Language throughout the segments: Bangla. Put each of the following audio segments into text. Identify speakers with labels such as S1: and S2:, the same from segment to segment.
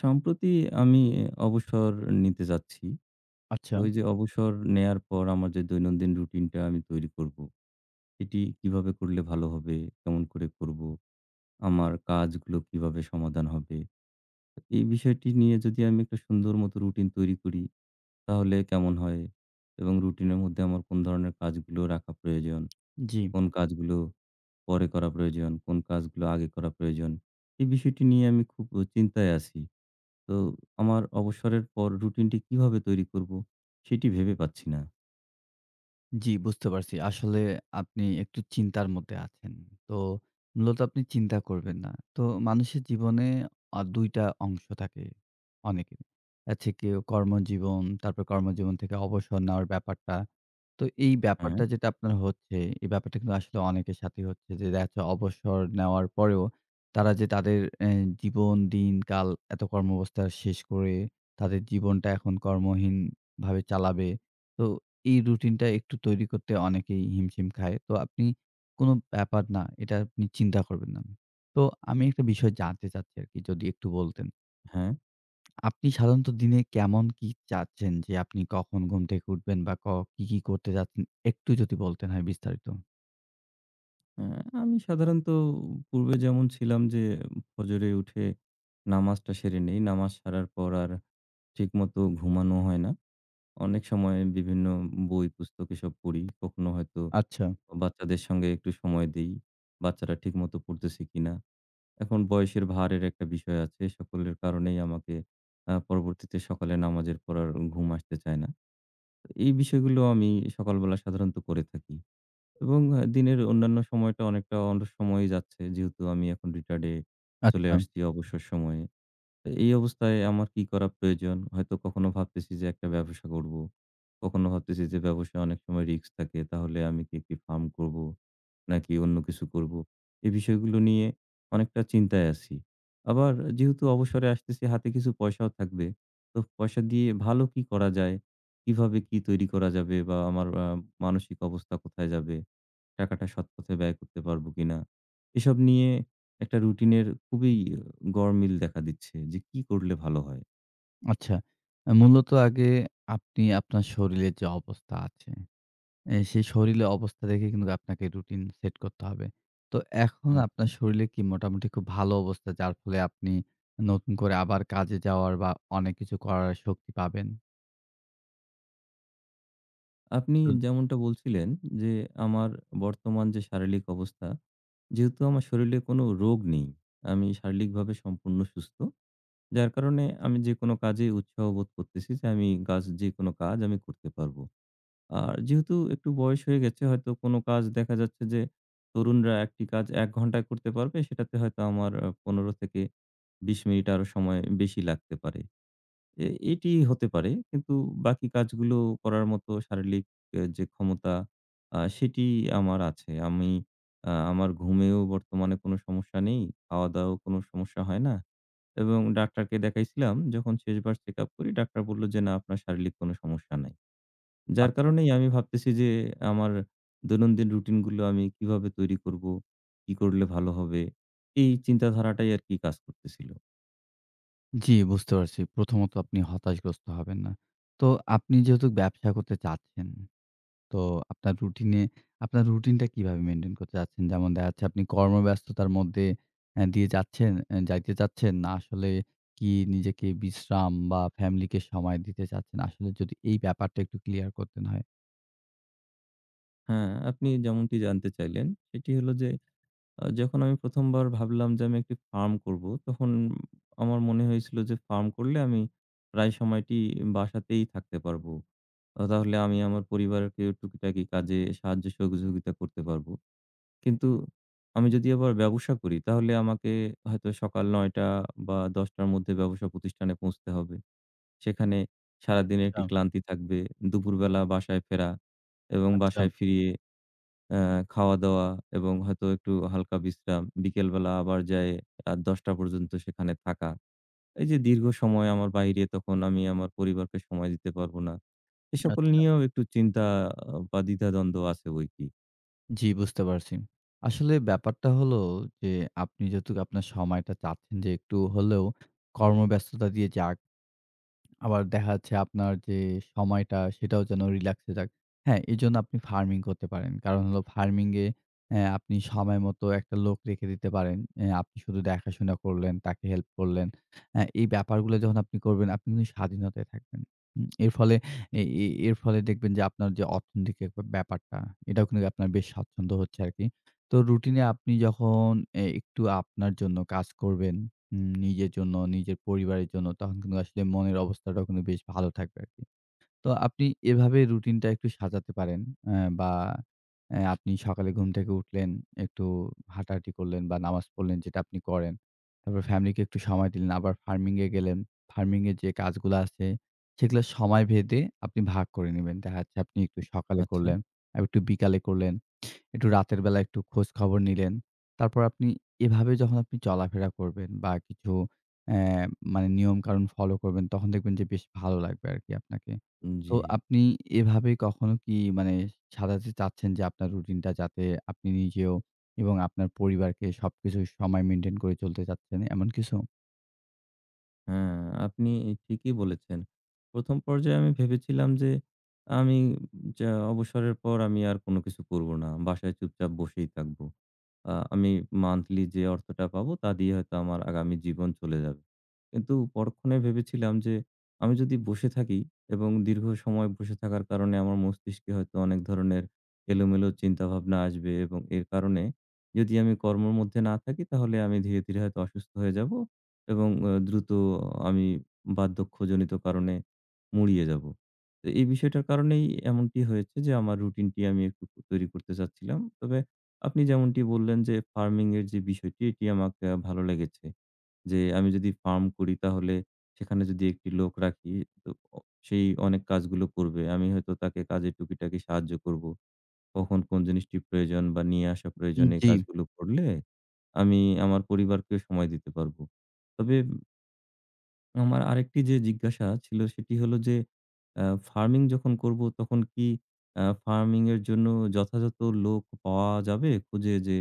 S1: সম্প্রতি আমি অবসর নিতে যাচ্ছি।
S2: আচ্ছা।
S1: তো ওই যে অবসর নেয়ার পর আমার যে দৈনন্দিন রুটিনটা আমি তৈরি করব। এটি কিভাবে করলে ভালো হবে? কেমন করে করব? আমার কাজগুলো কিভাবে সমাধান হবে? এই বিষয়টি নিয়ে যদি আমি একটা সুন্দর মতো রুটিন তৈরি করি তাহলে কেমন হয়? এবং রুটিনের মধ্যে আমার কোন ধরনের কাজগুলো রাখা প্রয়োজন?
S2: জি,
S1: কোন কাজগুলো পরে করা প্রয়োজন? কোন কাজগুলো আগে করা প্রয়োজন? এই বিষয়টি নিয়ে আমি খুব চিন্তায় আছি। তো আমার অবসরের পর রুটিনটি কিভাবে তৈরি করব সেটি ভেবে পাচ্ছি না।
S2: জি বুঝতে পারছি। আসলে আপনি একটু চিন্তার মধ্যে আছেন। তো মূলত আপনি চিন্তা করবেন না। তো মানুষের জীবনে ২ টা অংশ থাকে অনেকের। আছে কেউ কর্মজীবন, তারপর কর্মজীবন থেকে অবসর নেওয়ার ব্যাপারটা। তো এই
S1: হ্যাঁ,
S2: ব্যাপারটা যেটা আপনার হচ্ছে, এই ব্যাপারটা কিন্তু আসলে অনেকের সাথেই হচ্ছে যে দেখা যাচ্ছে অবসর নেওয়ার পরেও তারা যে তাদের জীবন, দিনকাল এত কর্মব্যবস্থা শেষ করে তাদের জীবনটা এখন কর্মহীনভাবে চালাবে। তো এই রুটিনটা একটু তৈরি করতে অনেকেই হিমশিম খায়। তো আপনি কোনো ব্যাপার না। এটা আপনি চিন্তা করবেন না। তো আমি একটা বিষয় জানতে চাচ্ছি আরকি যদি একটু বলতেন?
S1: হ্যাঁ,
S2: আপনি সাধারণত দিনে কেমন কি চাচ্ছেন যে আপনি কখন ঘুম থেকে উঠবেন বা কি করতে চাচ্ছেন একটু যদি বলতেন হয় বিস্তারিত?
S1: হ্যাঁ, আমি সাধারণত পূর্বে যেমন ছিলাম যে ফজরে উঠে নামাজটা সেরে নেই। নামাজ সারার পর আর ঠিকমতো ঘুমানো হয় না। অনেক সময় বিভিন্ন বই পুস্তক এসব পড়ি। কখনো হয়তো
S2: আচ্ছা,
S1: বাচ্চাদের সঙ্গে একটু সময় দেই। বাচ্চারা ঠিকমতো পড়তেছে কিনা। এখন বয়সের ভারের একটা বিষয় আছে। সকলের কারণেই আমাকে পরবর্তীতে সকালে নামাজের পর আর ঘুম আসতে চায় না। এই বিষয়গুলো আমি সকালবেলা সাধারণত করে থাকি এবং দিনের অন্যান্য সময়টা অনেকটা অন্য সময়ে যাচ্ছে। যেহেতু আমি এখন রিটায়ার্ডে চলে
S2: আচ্ছা,
S1: আসছি অবসর সময়ে। এই অবস্থায় আমার কি করা প্রয়োজন? হয়তো কখনো ভাবতেছি যে একটা ব্যবসা করব। কখনো ভাবতেছি যে ব্যবসায় অনেক সময় রিস্ক থাকে। তাহলে আমি কি একটি ফার্ম করব? নাকি অন্য কিছু করব? এই বিষয়গুলো নিয়ে অনেকটা চিন্তায় আছি। আবার যেহেতু অবসরে আসতেছি হাতে কিছু পয়সাও থাকবে। তো পয়সা দিয়ে ভালো কি করা যায়? কিভাবে কি তৈরি করা যাবে বা আমার মানসিক অবস্থা কোথায় যাবে? টাকাটা সৎপথে ব্যয় করতে পারবো কিনা? এসব নিয়ে একটা রুটিনের খুবই গড়মিল দেখা দিচ্ছে যে কি করলে ভালো হয়।
S2: আচ্ছা। মূলত আগে আপনি আপনার শরীরের যে অবস্থা আছে, সেই শরীরের অবস্থা দেখে কিন্তু আপনাকে রুটিন সেট করতে হবে। তো এখন
S1: আচ্ছা।
S2: আপনার শরীরে কি মোটামুটি খুব ভালো অবস্থা যার ফলে আপনি নতুন করে আবার কাজে যাওয়ার বা অনেক কিছু করার শক্তি পাবেন?
S1: আপনি
S2: যদি
S1: যেমনটা বলছিলেন যে আমার বর্তমান যে শারীরিক অবস্থা, যেহেতু আমার শরীরে কোনো রোগ নেই, আমি শারীরিকভাবে সম্পূর্ণ সুস্থ। যার কারণে আমি যেকোনো কাজে উৎসাহ বোধ করতেছি যে আমি কাজ যেকোনো কাজ আমি করতে পারবো। আর যেহেতু একটু বয়স হয়ে গেছে হয়তো কোনো কাজ দেখা যাচ্ছে যে তরুণরা একটি কাজ ১ ঘন্টায় করতে পারবে সেটাতে হয়তো আমার ১৫ থেকে ২০ মিনিট আরো সময় বেশি লাগতে পারে। এ এটি হতে পারে। কিন্তু বাকি কাজগুলো করার মতো শারীরিক যে ক্ষমতা সেটি আমার আছে। আমি আমার ঘুমেও বর্তমানে কোনো সমস্যা নেই। খাওয়া-দাওয়াও কোনো সমস্যা হয় না। এবং ডাক্তারকে দেখাইছিলাম যখন শেষবার চেকআপ করি ডাক্তার বলল যে, "না আপনার শারীরিক কোনো সমস্যা নাই।" যার
S2: আচ্ছা।
S1: কারণেই আমি ভাবতেছি যে আমার দৈনন্দিন রুটিন গুলো আমি কিভাবে তৈরি করব, কি করলে ভালো হবে? এই চিন্তাধারাটাই আরকি কাজ করতেছিল।
S2: জি, বুঝতে পারছি। প্রথমত আপনি হতাশগ্রস্ত হবেন না। তো আপনি যেহেতু ব্যবসা করতে চাচ্ছেন, তো আপনার রুটিনে আপনার রুটিনটা কিভাবে মেইনটেইন করতে চাচ্ছেন? যেমন দেখা যাচ্ছে আপনি কর্মব্যস্ততার মধ্যে দিয়ে যাচ্ছেন যাইতে চাচ্ছেন না আসলে কি নিজেকে বিশ্রাম বা ফ্যামিলিকে সময় দিতে চাচ্ছেন? আসলে যদি এই ব্যাপারটা একটু ক্লিয়ার করতেন হয়।
S1: হ্যাঁ, আপনি যেমনটি জানতে চাইলেন সেটি হলো যে যখন আমি ১ম বার ভাবলাম যে আমি একটি ফার্ম করব, তখন আমার মনে হয়েছিল যে ফার্ম করলে আমি প্রায় সময়টি বাসাতেই থাকতে পারব। তাহলে আমি আমার পরিবারকে টুকিটাকি কাজে সাহায্য সহযোগিতা করতে পারব। কিন্তু আমি যদি আবার ব্যবসা করি তাহলে আমাকে হয়তো সকাল ৯:০০ বা ১০:০০ র মধ্যে ব্যবসা প্রতিষ্ঠানে পৌঁছতে হবে। সেখানে সারাদিনের
S2: আচ্ছা,
S1: একটি ক্লান্তি থাকবে। দুপুরবেলা বাসায় ফেরা এবং
S2: আচ্ছা,
S1: বাসায় ফিরিয়ে অ্যা খাওয়া-দাওয়া এবং হয়তো একটু হালকা বিশ্রাম। বিকেলবেলা আবার যেয়ে রাত ১০:০০ পর্যন্ত সেখানে থাকা। এই যে দীর্ঘ সময় আমার বাইরে তখন আমি আমার পরিবারকে সময় দিতে পারব না। এ সকল
S2: আচ্ছা।
S1: নিয়েও একটু চিন্তা বা দ্বিধাদ্বন্দ্ব আছে বৈকি।
S2: জি, বুঝতে পারছি। আসলে ব্যাপারটা হলো যে আপনি যেহেতু আপনার সময়টা চাচ্ছেন যে একটু হলেও কর্মব্যস্ততা দিয়ে যাক আবার দেখা যাচ্ছে আপনার যে সময়টা সেটাও যেন রিল্যাক্সে যাক। হ্যাঁ, এজন্য আপনি ফার্মিং করতে পারেন। কারণ হলো ফার্মিং এ আপনি সময় মতো একটা লোক রেখে দিতে পারেন। আপনি শুধু দেখাশোনা করলেন, তাকে হেল্প করলেন। এই ব্যাপারগুলো যখন আপনি করবেন আপনি কিন্তু স্বাধীনতায় থাকবেন। এর ফলে এ এ এর ফলে দেখবেন যে আপনার যে অর্থনৈতিক এক ব্যাপারটা এটাও কিন্তু আপনার বেশ স্বাচ্ছন্দ্য হচ্ছে আরকি। তো রুটিন এ আপনি যখন একটু আপনার জন্য কাজ করবেন নিজের জন্য, নিজের পরিবারের জন্য তখন কিন্তু আসলে মনের অবস্থাটাও কিন্তু বেশ ভালো থাকবে আরকি। তো আপনি এভাবে রুটিনটা একটু সাজাতে পারেন। অ্যা বা অ্যা আপনি সকালে ঘুম থেকে উঠলেন, একটু হাঁটাহাঁটি করলেন বা নামাজ পড়লেন যেটা আপনি করেন। তারপর ফ্যামিলিকে একটু সময় দিলেন। আবার ফার্মিং এ গেলেন। ফার্মিং এর যে কাজগুলা আছে সেগুলা সময় ভেদে আপনি ভাগ করে নিবেন। দেখা যাচ্ছে আপনি একটু সকালে
S1: আচ্ছা।
S2: করলেন, আবার একটু বিকালে করলেন, একটু রাতের বেলা একটু খোঁজ খবর নিলেন। তারপর আপনি এভাবে যখন আপনি চলাফেরা করবেন বা কিছু অ্যা মানে নিয়মকানুন ফলো করবেন তখন দেখবেন যে বেশ ভালো লাগবে আরকি আপনাকে।
S1: উম
S2: তো
S1: জি।
S2: আপনি এভাবে কখনো কি মানে সাজাতে চাচ্ছেন যে আপনার রুটিনটা যাতে আপনি নিজেও এবং আপনার পরিবারকে সবকিছু সময় মেইনটেইন করে চলতে চাচ্ছেন, এমন কিছু?
S1: হ্যাঁ, আপনি ঠিকই বলেছেন। ১ম পর্যায়ে আমি ভেবেছিলাম যে আমি যা অবসরের পর আমি আর কোন কিছু করব না। বাসায় চুপচাপ বসেই থাকব। আমি মান্থলি যে অর্থটা পাবো তা দিয়ে হয়তো আমার আগামী জীবন চলে যাবে। কিন্তু পরক্ষণে ভেবেছিলাম যে আমি যদি বসে থাকি এবং দীর্ঘ সময় বসে থাকার কারণে আমার মস্তিষ্কে হয়তো অনেক ধরনের এলোমেলো চিন্তাভাবনা আসবে এবং এর কারণে যদি আমি কর্মর মধ্যে না থাকি তাহলে আমি ধীরে, ধীরে হয়তো অসুস্থ হয়ে যাবো এবং দ্রুত আমি বার্ধক্যজনিত কারণে মুড়িয়ে যাবো। তো এই বিষয়টার কারণেই এমনটি হয়েছে যে আমার রুটিনটি আমি একটু তৈরি করতে চাচ্ছিলাম। তবে আপনি যেমনটি বললেন যে ফার্মিং এর যে বিষয়টি এটি আমাকে ভালো লেগেছে। যে আমি যদি ফার্ম করি তাহলে সেখানে যদি একটি লোক রাখি তো অ সেই অনেক কাজগুলো করবে। আমি হয়তো তাকে কাজে টুকিটাকি সাহায্য করব। কখন কোন জিনিসটি প্রয়োজন বা নিয়ে আসা প্রয়োজন
S2: উম
S1: এই
S2: জি।
S1: কাজগুলো করলে আমি আমার পরিবারকেও সময় দিতে পারব। তবে আমার আরেকটি যে জিজ্ঞাসা ছিল সেটি হলো যে আ ফার্মিং যখন করব তখন কি ফার্মিং এর জন্য যথাযথ লোক পাওয়া যাবে খুঁজে যে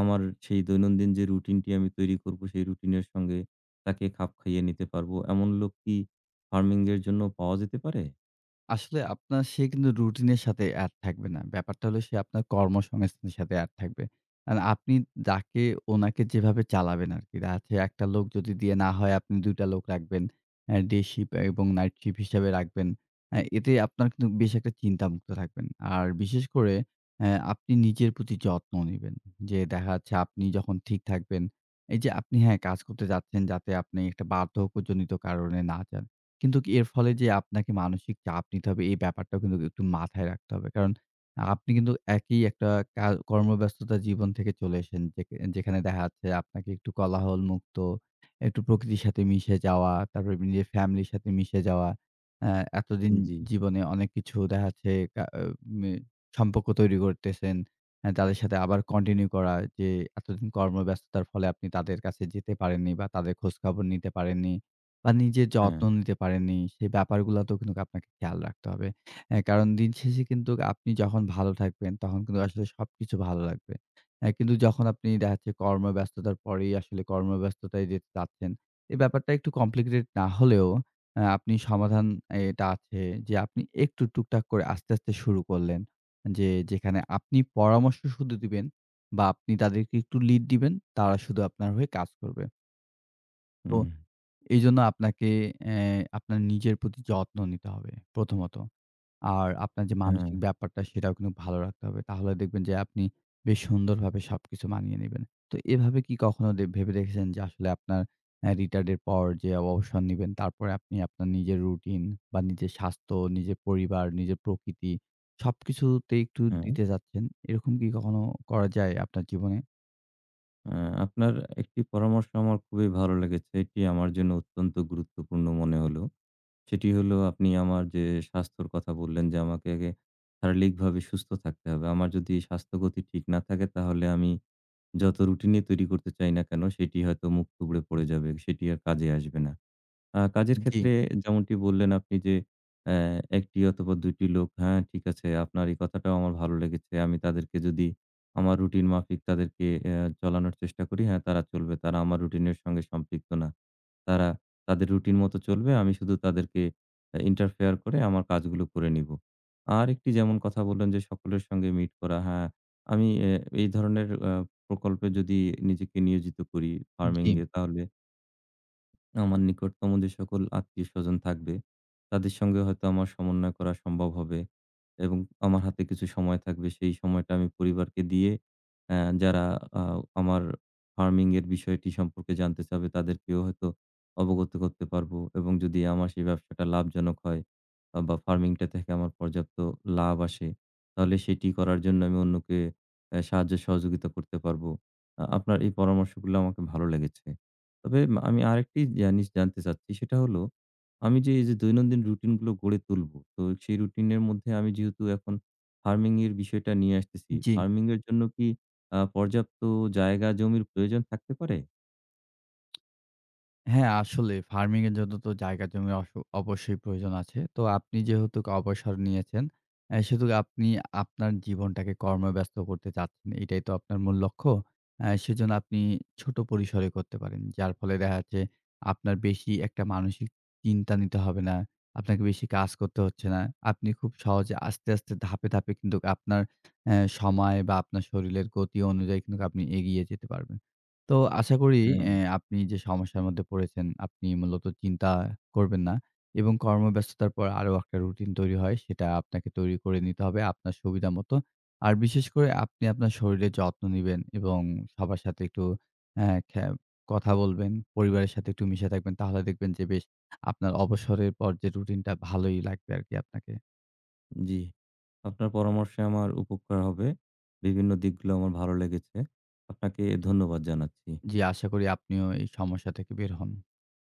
S1: আমার সেই দৈনন্দিন যে রুটিনটি আমি তৈরি করব সেই রুটিনের সঙ্গে তাকে খাপ খাইয়ে নিতে পারবো। এমন লোক কি ফার্মিং এর জন্য পাওয়া যেতে পারে?
S2: আসলে আপনার সে কিন্তু রুটিনের সাথে অ্যাড থাকবে না। ব্যাপারটা হলো সে আপনার কর্মসংস্থানের সাথে অ্যাড থাকবে। আর আপনি যাকে ওনাকে যেভাবে চালাবেন আরকি। রাতে একটা লোক যদি দিয়ে না হয় আপনি ২ টা লোক রাখবেন। ডে শিপ এবং নাইট শিপ হিসাবে রাখবেন। এতে আপনার কিন্তু বেশ একটা চিন্তামুক্ত থাকবেন। আর বিশেষ করে আপনি নিজের প্রতি যত্ন নিবেন। যে দেখা যাচ্ছে আপনি যখন ঠিক থাকবেন, এই যে আপনি, হ্যাঁ, কাজ করতে যাচ্ছেন যাতে আপনি একটা বার্ধক্যজনিত কারণে না যান। কিন্তু কি এর ফলে যে আপনাকে মানসিক চাপ নিতে হবে এই ব্যাপারটাও কিন্তু একটু মাথায় রাখতে হবে। কারণ আপনি কিন্তু একই একটা কর্মব্যস্ততার জীবন থেকে চলে এসেন যেখানে দেখা যাচ্ছে আপনাকে একটু কোলাহল মুক্ত, একটু প্রকৃতির সাথে মিশে যাওয়া, তারপরে নিজের ফ্যামিলির সাথে মিশে যাওয়া। অ্যা এতদিন
S1: জি।
S2: জীবনে অনেক কিছু দেখা যাচ্ছে কা আ মে সম্পর্ক তৈরি করতেছেন। তাদের সাথে আবার কন্টিনিউ করা যে এতদিন কর্মব্যস্ততার ফলে আপনি তাদের কাছে যেতে পারেননি বা তাদের খোঁজখবর নিতে পারেননি। বা নিজের
S1: হ্যাঁ,
S2: যত্ন নিতে পারেননি, সেই ব্যাপারগুলাতেও কিন্তু আপনাকে খেয়াল রাখতে হবে। কারণ দিন শেষে কিন্তু আপনি যখন ভালো থাকবেন, তখন কিন্তু আসলে সবকিছু ভালো লাগবে। কিন্তু যখন আপনি দেখা যাচ্ছে কর্মব্যস্ততার পরেই আসলে কর্মব্যস্ততায় যেতে চাচ্ছেন, এই ব্যাপারটা একটু কমপ্লিকেটেড না হলেও অ্যা আপনি সমাধান আহ, এটা আছে যে আপনি একটু টুকটাক করে আস্তে, আস্তে শুরু করলেন। যেখানে আপনি পরামর্শ শুধু দিবেন বা আপনি তাদেরকে একটু লিড দিবেন, তারা শুধু আপনার হয়ে কাজ করবে। তো
S1: হুম,
S2: এইজন্য আপনাকে অ্যা আপনার নিজের প্রতি যত্ন নিতে হবে প্রথমত। আর আপনার যে
S1: হ্যাঁ,
S2: মানসিক ব্যাপারটা সেটাও কিন্তু ভালো রাখতে হবে। তাহলে দেখবেন যে আপনি বেশ সুন্দরভাবে সবকিছু মানিয়ে নিবেন। তো এভাবে কি কখনো ভেবে দেখেছেন যে আসলে আপনার রিটায়ার্ড এর পর যে অবসর নিবেন তারপরে আপনি আপনার নিজের রুটিন বা নিজের স্বাস্থ্য, নিজের পরিবার, নিজের প্রকৃতি সবকিছুতে একটু
S1: হ্যাঁ।
S2: দিতে চাচ্ছেন। এরকম কি কখনো করা যায় আপনার জীবনে?
S1: আ আপনার একটি পরামর্শ আমার খুবই ভালো লেগেছে। এটি আমার জন্য অত্যন্ত গুরুত্বপূর্ণ মনে হলো। সেটি হলো আপনি আমার যে স্বাস্থ্যর কথা বললেন যে আমাকে আগে শারীরিকভাবে সুস্থ থাকতে হবে। আমার যদি স্বাস্থ্যগতি ঠিক না থাকে তাহলে আমি যত রুটিনই তৈরি করতে চাই না কেন সেটি হয়তো মুখ থুবড়ে পড়ে যাবে। সেটি আর কাজে আসবে না। কাজের
S2: জি,
S1: ক্ষেত্রে যেমনটি বললেন আপনি যে অ্যা ১ টি অথবা ২ টি লোক হ্যাঁ, ঠিক আছে আপনার এই কথাটাও আমার ভালো লেগেছে। আমি তাদেরকে যদি আমার রুটিন মাফিক তাদেরকে চলানোর চেষ্টা করি, হ্যাঁ, তারা চলবে। তারা আমার রুটিনের সঙ্গে সম্পৃক্ত না। তারা তাদের রুটিন মতো চলবে। আমি শুধু তাদেরকে ইন্টারফেয়ার করে আমার কাজগুলো করে নিবো। আরেকটি যেমন কথা বললেন যে সকলের সঙ্গে মিট করা। হ্যাঁ, আমি এ এই ধরনের প্রকল্পে যদি নিজেকে নিয়োজিত করি ফার্মিং
S2: জি,
S1: এ তাহলে আমার নিকটতম যে সকল আত্মীয়স্বজন থাকবে, তাদের সঙ্গে হয়তো আমার সমন্বয় করা সম্ভব হবে এবং আমার হাতে কিছু সময় থাকবে। সেই সময়টা আমি পরিবারকে দিয়ে যারা আ আমার ফার্মিং এর বিষয়টি সম্পর্কে জানতে চাবে, তাদেরকেও হয়তো অবগত করতে পারবো এবং যদি আমার সেই ব্যবসাটা লাভজনক হয় বা ফার্মিংটা থেকে আমার পর্যাপ্ত লাভ আসে, তাহলে সেটি করার জন্য আমি অন্যকে সাহায্য সহযোগিতা করতে পারবো। আপনার এই পরামর্শগুলো আমাকে ভালো লেগেছে। তবে আমি আরেকটি জিনিস জানতে চাচ্ছি সেটা হলো, আমি যে এই যে দৈনন্দিন রুটিন গুলো গড়ে তুলবো, তো সেই রুটিন এর মধ্যে আমি যেহেতু এখন ফার্মিং এর বিষয়টা নিয়ে আসতেছি,
S2: জি।
S1: ফার্মিং এর জন্য কি পর্যাপ্ত জায়গা জমির প্রয়োজন থাকতে পারে?
S2: হ্যাঁ, আসলে ফার্মিং এর জন্য তো জায়গা জমি অবশ্যই প্রয়োজন আছে। তো আপনি যেহেতু অবসর নিয়েছেন, সেহেতু আপনি আপনার জীবনটাকে কর্মব্যস্ত করতে চাচ্ছেন। এটাই তো আপনার মূল লক্ষ্য। সেজন্য আপনি ছোট পরিসরে করতে পারেন। যার ফলে দেখা যাচ্ছে আপনার বেশি একটা মানসিক চিন্তা নিতে হবে না। আপনাকে বেশি কাজ করতে হচ্ছে না। আপনি খুব সহজে আস্তে, আস্তে ধাপে, ধাপে কিন্তু আপনার সময় বা আপনার শরীরের গতি অনুযায়ী কিন্তু আপনি এগিয়ে যেতে পারবেন। তো আশা করি
S1: হ্যাঁ,
S2: আপনি যে সমস্যার মধ্যে পড়েছেন, আপনি মূলত চিন্তা করবেন না এবং কর্মব্যস্ততার পর আরো একটা রুটিন তৈরি হয়, সেটা আপনাকে তৈরি করে নিতে হবে আপনার সুবিধা মতো। আর বিশেষ করে আপনি আপনার শরীরের যত্ন নিবেন এবং সবার সাথে একটু অ্যা খ্যা কথা বলবেন, পরিবারের সাথে একটু মিশে থাকবেন। তাহলে দেখবেন যে বেশ আপনার অবসরের পর যে রুটিনটা ভালোই লাগবে আরকি আপনাকে।
S1: জি। আপনার পরামর্শে আমার উপকার হবে। বিভিন্ন দিকগুলো আমার ভালো লেগেছে। আপনাকে ধন্যবাদ জানাচ্ছি।
S2: জি, আশা করি আপনিও এই সমস্যা থেকে বের হন।